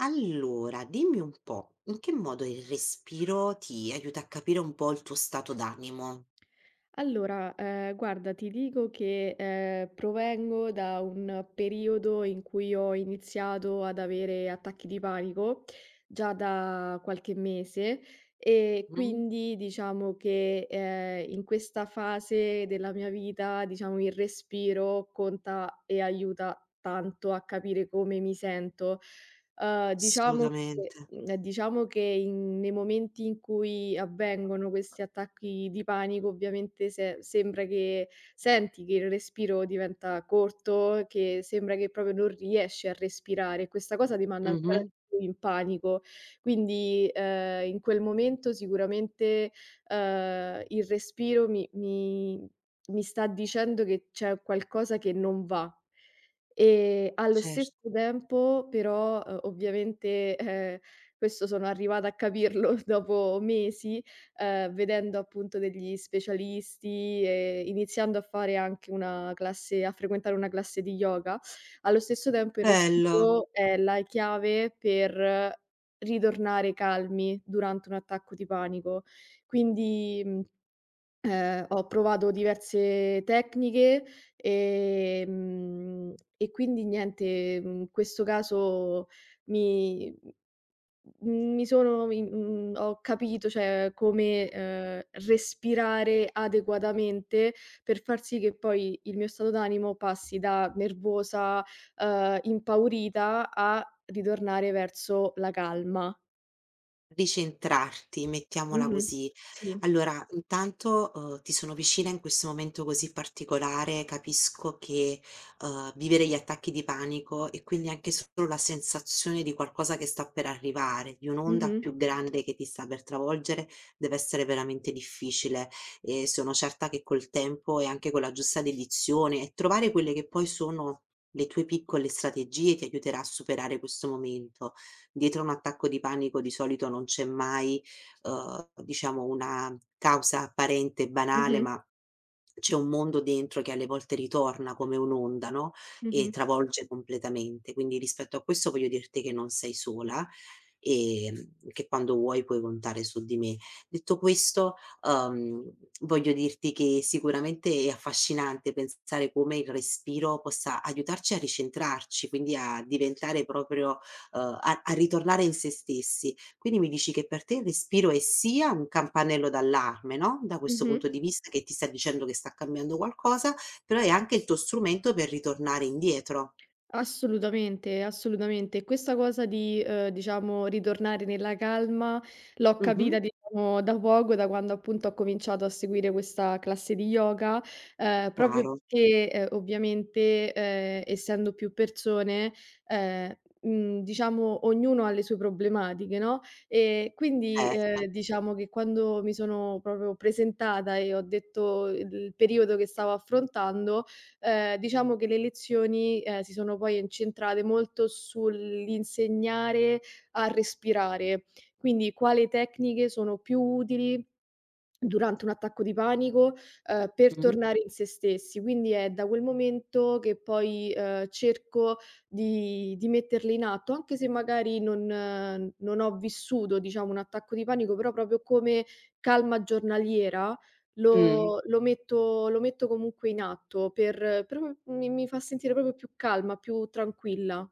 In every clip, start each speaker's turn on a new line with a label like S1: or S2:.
S1: Allora, dimmi un po', in che modo il respiro ti aiuta a capire un po' il tuo stato d'animo?
S2: Allora, guarda ti dico che, provengo da un periodo in cui ho iniziato ad avere attacchi di panico, già da qualche mese, e
S1: Mh-mh.
S2: quindi diciamo che, in questa fase della mia vita, diciamo, il respiro conta e aiuta tanto a capire come mi sento. Diciamo che
S1: Assolutamente.
S2: diciamo che in nei momenti in cui avvengono questi attacchi di panico, ovviamente se sembra che senti che il respiro diventa corto, che sembra che proprio non riesci a respirare e questa cosa ti manda ancora di
S1: Mh-mh.
S2: più in panico. Quindi, in quel momento sicuramente, il respiro mi sta dicendo che c'è qualcosa che non va. Allo
S1: Certo.
S2: stesso tempo però, ovviamente, questo sono arrivata a capirlo dopo mesi, vedendo appunto degli specialisti e iniziando a fare anche una classe a frequentare una classe di yoga, allo stesso tempo il
S1: Bello.
S2: respiro è la chiave per ritornare calmi durante un attacco di panico. Quindi, mhmm ho provato diverse tecniche, e quindi niente, in questo caso mi mhmm, mi sono mi mhmm, ho capito, cioè, come, respirare adeguatamente per far sì che poi il mio stato d'animo passi da nervosa, impaurita a ritornare verso la calma.
S1: Ricentrarti, mettiamola
S2: Mh-mh.
S1: così.
S2: Sì.
S1: Allora, intanto, ti sono vicina in questo momento così particolare, capisco che, vivere gli attacchi di panico e quindi anche solo la sensazione di qualcosa che sta per arrivare, di un'onda
S2: Mh-mh.
S1: più grande che ti sta per travolgere, deve essere veramente difficile e sono certa che col tempo e anche con la giusta dedizione e trovare quelle che poi sono le tue piccole strategie ti aiuterà a superare questo momento. Dietro un attacco di panico di solito non c'è mai diciamo una causa apparente e banale,
S2: Mh-mh.
S1: ma c'è un mondo dentro che alle volte ritorna come un'onda, no, e
S2: Mh-mh.
S1: travolge completamente. Quindi rispetto a questo voglio dirti che non sei sola, che quando vuoi puoi contare su di me. Detto questo, uhm, voglio dirti che sicuramente è affascinante pensare come il respiro possa aiutarci a ricentrarci, quindi a diventare proprio a ritornare in sé stessi. Quindi mi dici che per te il respiro è sia un campanello d'allarme, no, da questo
S2: Mh-mh.
S1: punto di vista che ti sta dicendo che sta cambiando qualcosa, però è anche il tuo strumento per ritornare indietro.
S2: Assolutamente, assolutamente. E questa cosa di, diciamo, ritornare nella calma l'ho
S1: Mh-mh.
S2: capita, diciamo, da poco, da quando appunto ho cominciato a seguire questa classe di yoga, proprio
S1: Chiaro,
S2: perché, ovviamente, essendo più persone, ehm, diciamo ognuno ha le sue problematiche, no, e quindi,
S1: certo.
S2: diciamo che quando mi sono proprio presentata e ho detto il periodo che stavo affrontando, diciamo che le lezioni, si sono poi incentrate molto sull'insegnare a respirare, quindi quali tecniche sono più utili durante un attacco di panico, per
S1: Mh-mh.
S2: tornare in se stessi. Quindi è da quel momento che poi, cerco di metterle in atto, anche se magari non ho vissuto, diciamo, un attacco di panico, però proprio come calma giornaliera
S1: Mh.
S2: lo metto comunque in atto per mi fa sentire proprio più calma, più tranquilla.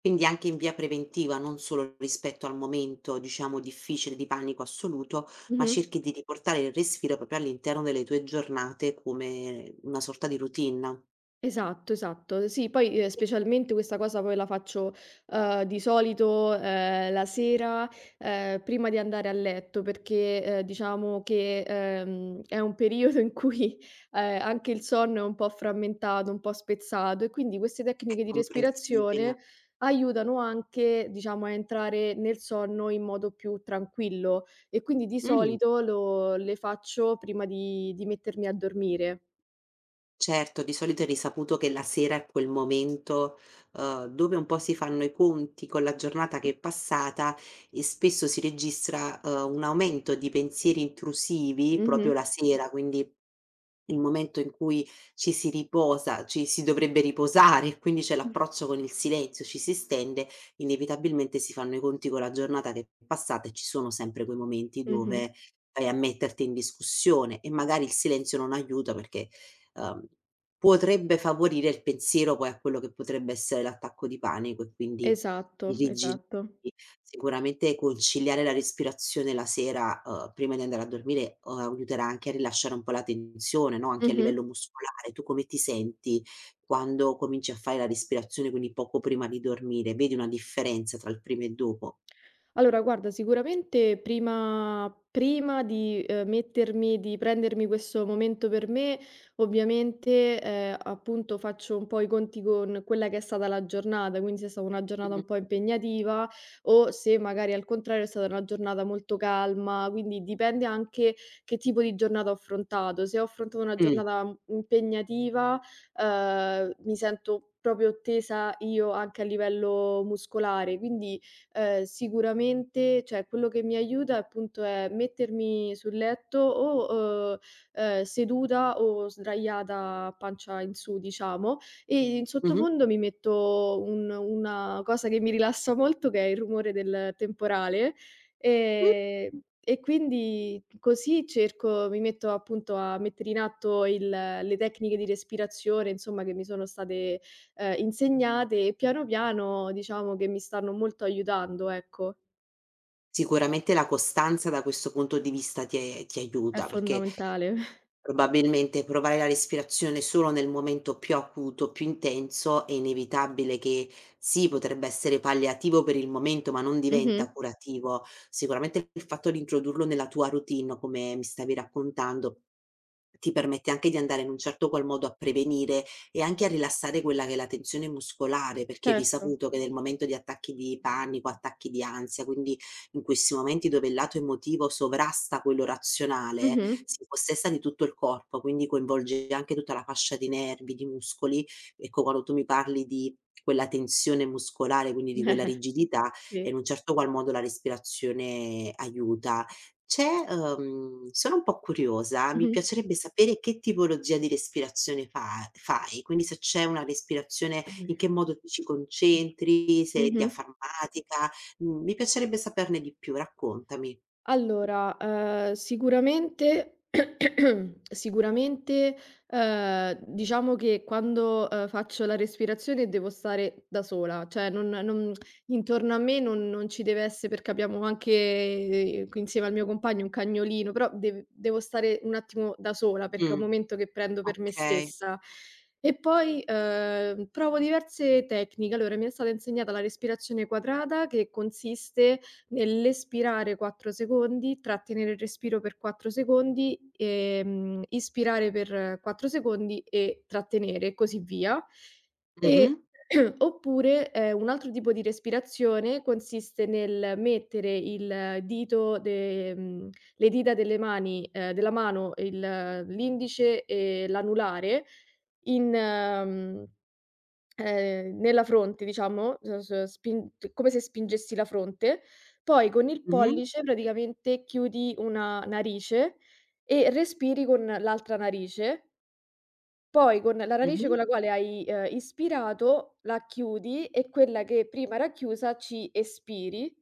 S1: Quindi anche in via preventiva, non solo rispetto al momento, diciamo, difficile di panico assoluto, ma
S2: Mh-mh.
S1: cerchi di riportare il respiro proprio all'interno delle tue giornate come una sorta di routine,
S2: Esatto, esatto. Sì, poi,
S1: che
S2: specialmente questa cosa poi la faccio, di solito, la sera, prima di andare a letto perché, diciamo che, è un periodo in cui, anche il sonno è un po' frammentato, un po' spezzato e quindi queste
S1: è
S2: tecniche di
S1: comprensibile.
S2: respirazione aiutano anche, diciamo, a entrare nel sonno in modo più tranquillo e quindi di
S1: Mh.
S2: solito lo le faccio prima di mettermi a dormire.
S1: Certo, di solito è risaputo che la sera è quel momento, dove un po' si fanno i conti con la giornata che è passata e spesso si registra, un aumento di pensieri intrusivi proprio
S2: Mh-mh.
S1: la sera, quindi il momento in cui ci si riposa, ci si dovrebbe riposare e quindi c'è l'approccio con il silenzio, ci si stende, inevitabilmente si fanno i conti con la giornata che è passata e ci sono sempre quei momenti
S2: Mh-mh.
S1: dove vai a metterti in discussione e magari il silenzio non aiuta perché uhm, potrebbe favorire il pensiero poi a quello che potrebbe essere l'attacco di panico e quindi
S2: Esatto,
S1: irrigidire.
S2: esatto.
S1: Sicuramente conciliare la respirazione la sera, prima di andare a dormire, aiuterà anche a rilasciare un po' la tensione, no, anche a
S2: Mh-mh.
S1: livello muscolare. Tu come ti senti quando cominci a fare la respirazione, quindi poco prima di dormire? Vedi una differenza tra il prima e dopo?
S2: Allora guarda, sicuramente prima di, mettermi di prendermi questo momento per me, ovviamente, appunto faccio un po' i conti con quella che è stata la giornata, quindi se è stata una giornata
S1: Mh-mh.
S2: un po' impegnativa o se magari al contrario è stata una giornata molto calma, quindi dipende anche che tipo di giornata ho affrontato. Se ho affrontato una
S1: Mh.
S2: giornata impegnativa, mi sento proprio tesa io anche a livello muscolare, quindi sicuramente cioè quello che mi aiuta appunto è mettermi sul letto o, seduta o sdraiata a pancia in su diciamo, e in
S1: Mh-mh.
S2: sottofondo mi metto un una cosa che mi rilassa molto che è il rumore del temporale,
S1: Mh.
S2: ehm, e quindi così cerco mi metto appunto a mettere in atto il le tecniche di respirazione insomma che mi sono state insegnate e piano piano diciamo che mi stanno molto aiutando, ecco.
S1: Sicuramente la costanza da questo punto di vista ti
S2: È
S1: aiuta, perché
S2: fondamentale.
S1: probabilmente provare la respirazione solo nel momento più acuto, più intenso, è inevitabile che sì, potrebbe essere palliativo per il momento, ma non
S2: Mh-mh.
S1: diventa curativo. Sicuramente il fatto di introdurlo nella tua routine, come mi stavi raccontando, ti permette anche di andare in un certo qual modo a prevenire e anche a rilassare quella che è la tensione muscolare, perché è
S2: Certo.
S1: risaputo che nel momento di attacchi di panico, attacchi di ansia, quindi in questi momenti dove il lato emotivo sovrasta quello razionale,
S2: Mh-mh.
S1: si possessa di tutto il corpo, quindi coinvolge anche tutta la fascia di nervi, di muscoli. Ecco, quando tu mi parli di quella tensione muscolare, quindi di quella
S2: Eh,
S1: rigidità, e in
S2: sì.
S1: un certo qual modo la respirazione aiuta. C'è sono un po' curiosa, mi
S2: Mh-mh.
S1: piacerebbe sapere che tipologia di respirazione fa fai, quindi se c'è una respirazione in che modo ti ci concentri, se è
S2: Mh-mh.
S1: diaframmatica, mi piacerebbe saperne di più, raccontami.
S2: Allora, sicuramente sicuramente, diciamo che quando, faccio la respirazione devo stare da sola, cioè non intorno a me non ci deve esse perché abbiamo anche, qui insieme al mio compagno un cagnolino, però deve devo stare un attimo da sola perché è un
S1: Mh,
S2: momento che prendo per me
S1: okay.
S2: stessa. E poi, provo diverse tecniche. Allora, mi è stata insegnata la respirazione quadrata che consiste nell'espirare 4 secondi, trattenere il respiro per 4 secondi, ispirare per 4 secondi e trattenere e così via. E
S1: Mh-mh,
S2: oppure, un altro tipo di respirazione consiste nel mettere il dito de mhmm, le dita delle mani della mano, il l'indice e l'anulare in mhmm nella fronte diciamo, s s spin come se spingessi la fronte, poi con il
S1: mh-mh.
S2: pollice praticamente chiudi una narice e respiri con l'altra narice, poi con la narice
S1: Mh-mh.
S2: con la quale hai, ispirato la chiudi e quella che prima era chiusa ci espiri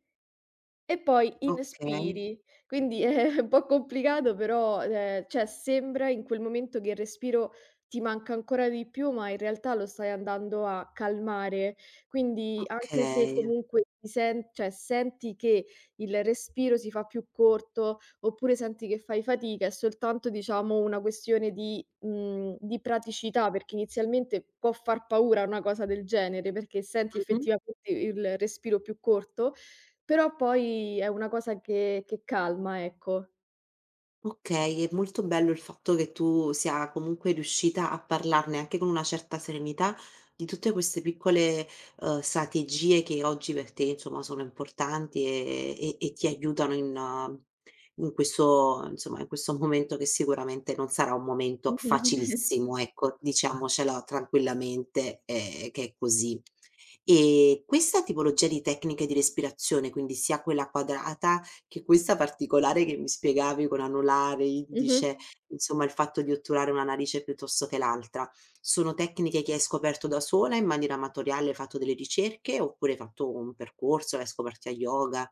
S2: e poi
S1: Okay,
S2: inspiri, quindi è un po' complicato però, cioè sembra in quel momento che il respiro ti manca ancora di più, ma in realtà lo stai andando a calmare. Quindi anche se
S1: okay.
S2: comunque ti sen cioè senti che il respiro si fa più corto, oppure senti che fai fatica, è soltanto diciamo una questione di di praticità, perché inizialmente può far paura una cosa del genere, perché senti
S1: Mh-mh.
S2: effettivamente il respiro più corto però poi è una cosa che calma, ecco.
S1: Okay, è molto bello il fatto che tu sia comunque riuscita a parlarne anche con una certa serenità di tutte queste piccole, strategie che oggi per te insomma sono importanti e e ti aiutano in in questo insomma, in questo momento che sicuramente non sarà un momento
S2: Mh-mh.
S1: facilissimo, ecco, diciamocela tranquillamente, che è così. E questa tipologia di tecniche di respirazione, quindi sia quella quadrata che questa particolare che mi spiegavi con anulare,
S2: Mh-mh.
S1: indice, insomma il fatto di otturare una narice piuttosto che l'altra, sono tecniche che hai scoperto da sola in maniera amatoriale, hai fatto delle ricerche oppure hai fatto un percorso, l'hai scoperta a yoga?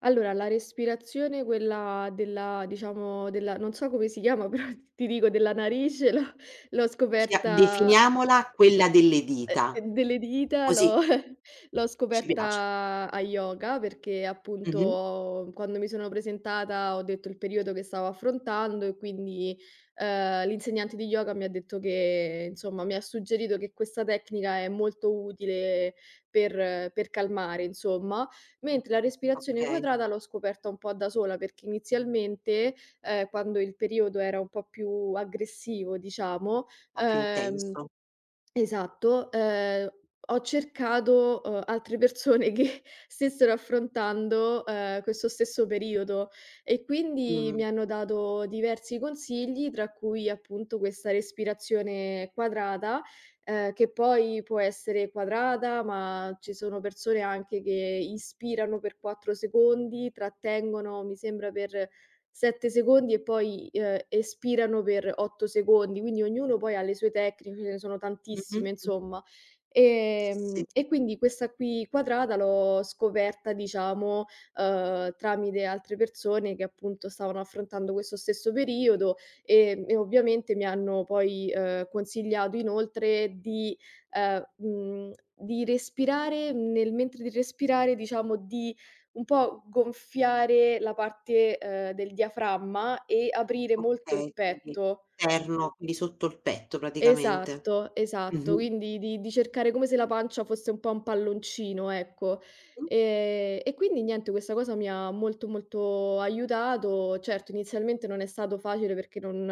S2: Allora, la respirazione quella della diciamo, della non so come si chiama, però ti dico della narice l'ho
S1: Chia
S2: scoperta.
S1: definiamola quella delle dita,
S2: Delle dita
S1: così
S2: l'ho l'ho
S1: ci piace.
S2: scoperta a yoga, perché
S1: Mh-mh.
S2: appunto quando mi sono presentata ho detto il periodo che stavo affrontando e quindi, l'insegnante di yoga mi ha detto che insomma, mi ha suggerito che questa tecnica è molto utile per calmare insomma, mentre la respirazione
S1: Okay, un
S2: quadrata l'ho scoperta un po' da sola, perché inizialmente, quando il periodo era un po' più aggressivo diciamo,
S1: po' più
S2: ehm
S1: intenso.
S2: Esatto, ho cercato, altre persone che stessero affrontando, questo stesso periodo e quindi
S1: Mh.
S2: mi hanno dato diversi consigli, tra cui appunto questa respirazione quadrata, che poi può essere quadrata, ma ci sono persone anche che inspirano per 4 secondi, trattengono mi sembra per 7 secondi e poi, espirano per 8 secondi, quindi ognuno poi ha le sue tecniche, ce ne sono tantissime
S1: Mh-mh.
S2: insomma.
S1: Sì, sì,
S2: E quindi questa qui quadrata l'ho scoperta diciamo, tramite altre persone che appunto stavano affrontando questo stesso periodo, e ovviamente mi hanno poi, consigliato inoltre ehm, mhmm, di respirare nel mentre di respirare diciamo di, un po' gonfiare la parte, del diaframma e aprire molto il
S1: okay, quindi
S2: petto.
S1: interno, quindi sotto il petto praticamente.
S2: Esatto, esatto.
S1: Mh-mh.
S2: Quindi di cercare come se la pancia fosse un po' un palloncino, ecco.
S1: Mh.
S2: E quindi niente, questa cosa mi ha molto, molto aiutato. Certo, inizialmente non è stato facile perché non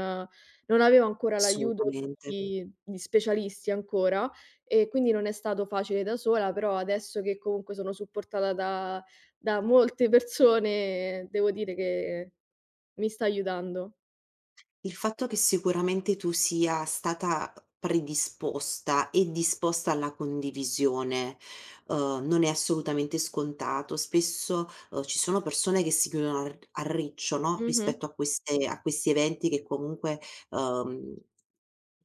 S2: non avevo ancora l'aiuto
S1: Assolutamente.
S2: di specialisti ancora e quindi non è stato facile da sola, però adesso che comunque sono supportata da molte persone devo dire che mi sta aiutando.
S1: Il fatto che sicuramente tu sia stata predisposta e disposta alla condivisione, non è assolutamente scontato. Spesso, ci sono persone che si chiudono al a riccio, no,
S2: Mh-mh.
S1: rispetto a queste a questi eventi che comunque, uhm,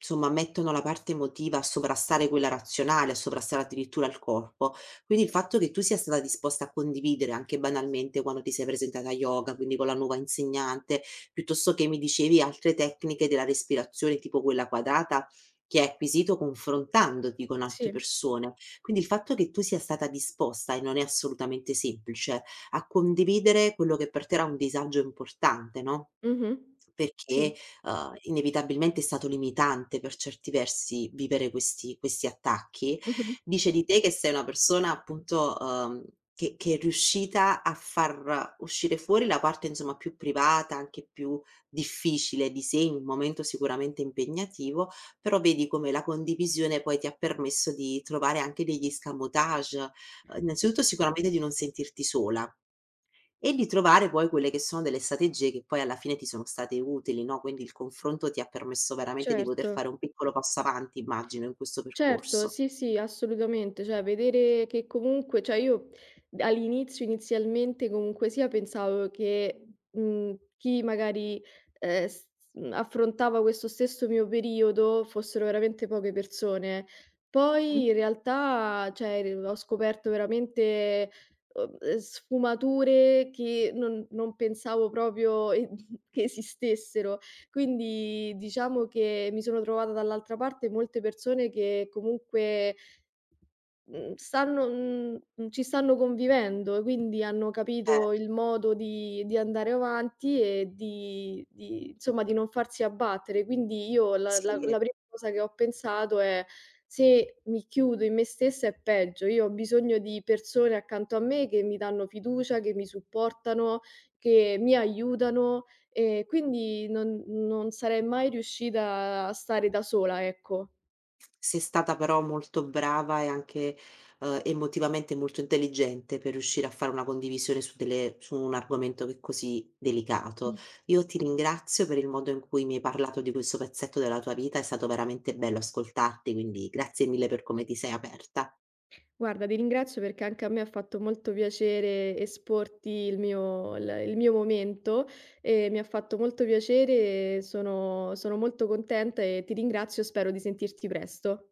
S1: insomma mettono la parte emotiva a sovrastare quella razionale, a sovrastare addirittura il corpo. Quindi il fatto che tu sia stata disposta a condividere anche banalmente quando ti sei presentata a yoga, quindi con la nuova insegnante, piuttosto che mi dicevi altre tecniche della respirazione, tipo quella quadrata, che hai acquisito confrontandoti con altre
S2: Sì.
S1: persone. Quindi il fatto che tu sia stata disposta, e non è assolutamente semplice, a condividere quello che per te era un disagio importante, no?
S2: Mh-mh. Sì.
S1: Perché, inevitabilmente è stato limitante per certi versi vivere questi attacchi.
S2: Mh-mh.
S1: Dice di te che sei una persona appunto, che è riuscita a far uscire fuori la parte insomma più privata, anche più difficile di sé, in un momento sicuramente impegnativo, però vedi come la condivisione poi ti ha permesso di trovare anche degli escamotage, innanzitutto sicuramente di non sentirti sola. E di trovare poi quelle che sono delle strategie che poi alla fine ti sono state utili, no, quindi il confronto ti ha permesso veramente di poter
S2: Certo,
S1: fare un piccolo passo avanti, immagino, in questo
S2: certo,
S1: percorso.
S2: sì, sì, assolutamente. Cioè vedere che comunque cioè io all'inizio, inizialmente, comunque sia, pensavo che, chi magari, ehm, s affrontava questo stesso mio periodo fossero veramente poche persone.
S1: Mh.
S2: Poi in realtà, cioè r ho scoperto veramente, sfumature che non pensavo proprio e che esistessero. Quindi diciamo che mi sono trovata dall'altra parte molte persone che comunque, Mhmm, ci stanno convivendo, e quindi hanno capito
S1: Eh,
S2: il modo di andare avanti e di insomma, di non farsi abbattere. Quindi io la la
S1: sì,
S2: la prima cosa che ho pensato è: "Se mi chiudo in me stessa è peggio". Io ho bisogno di persone accanto a me che mi danno fiducia, che mi supportano, che mi aiutano e quindi non sarei mai riuscita a stare da sola, ecco.
S1: sei stata però molto brava e anche, emotivamente molto intelligente per riuscire a fare una condivisione su delle su un argomento che è così delicato. Io ti ringrazio per il modo in cui mi hai parlato di questo pezzetto della tua vita, è stato veramente bello ascoltarti, quindi grazie mille per come ti sei aperta.
S2: Guarda, ti ringrazio perché anche a me ha fatto molto piacere esporti il mio momento, e mi ha fatto molto piacere, sono molto contenta e ti ringrazio, spero di sentirti presto.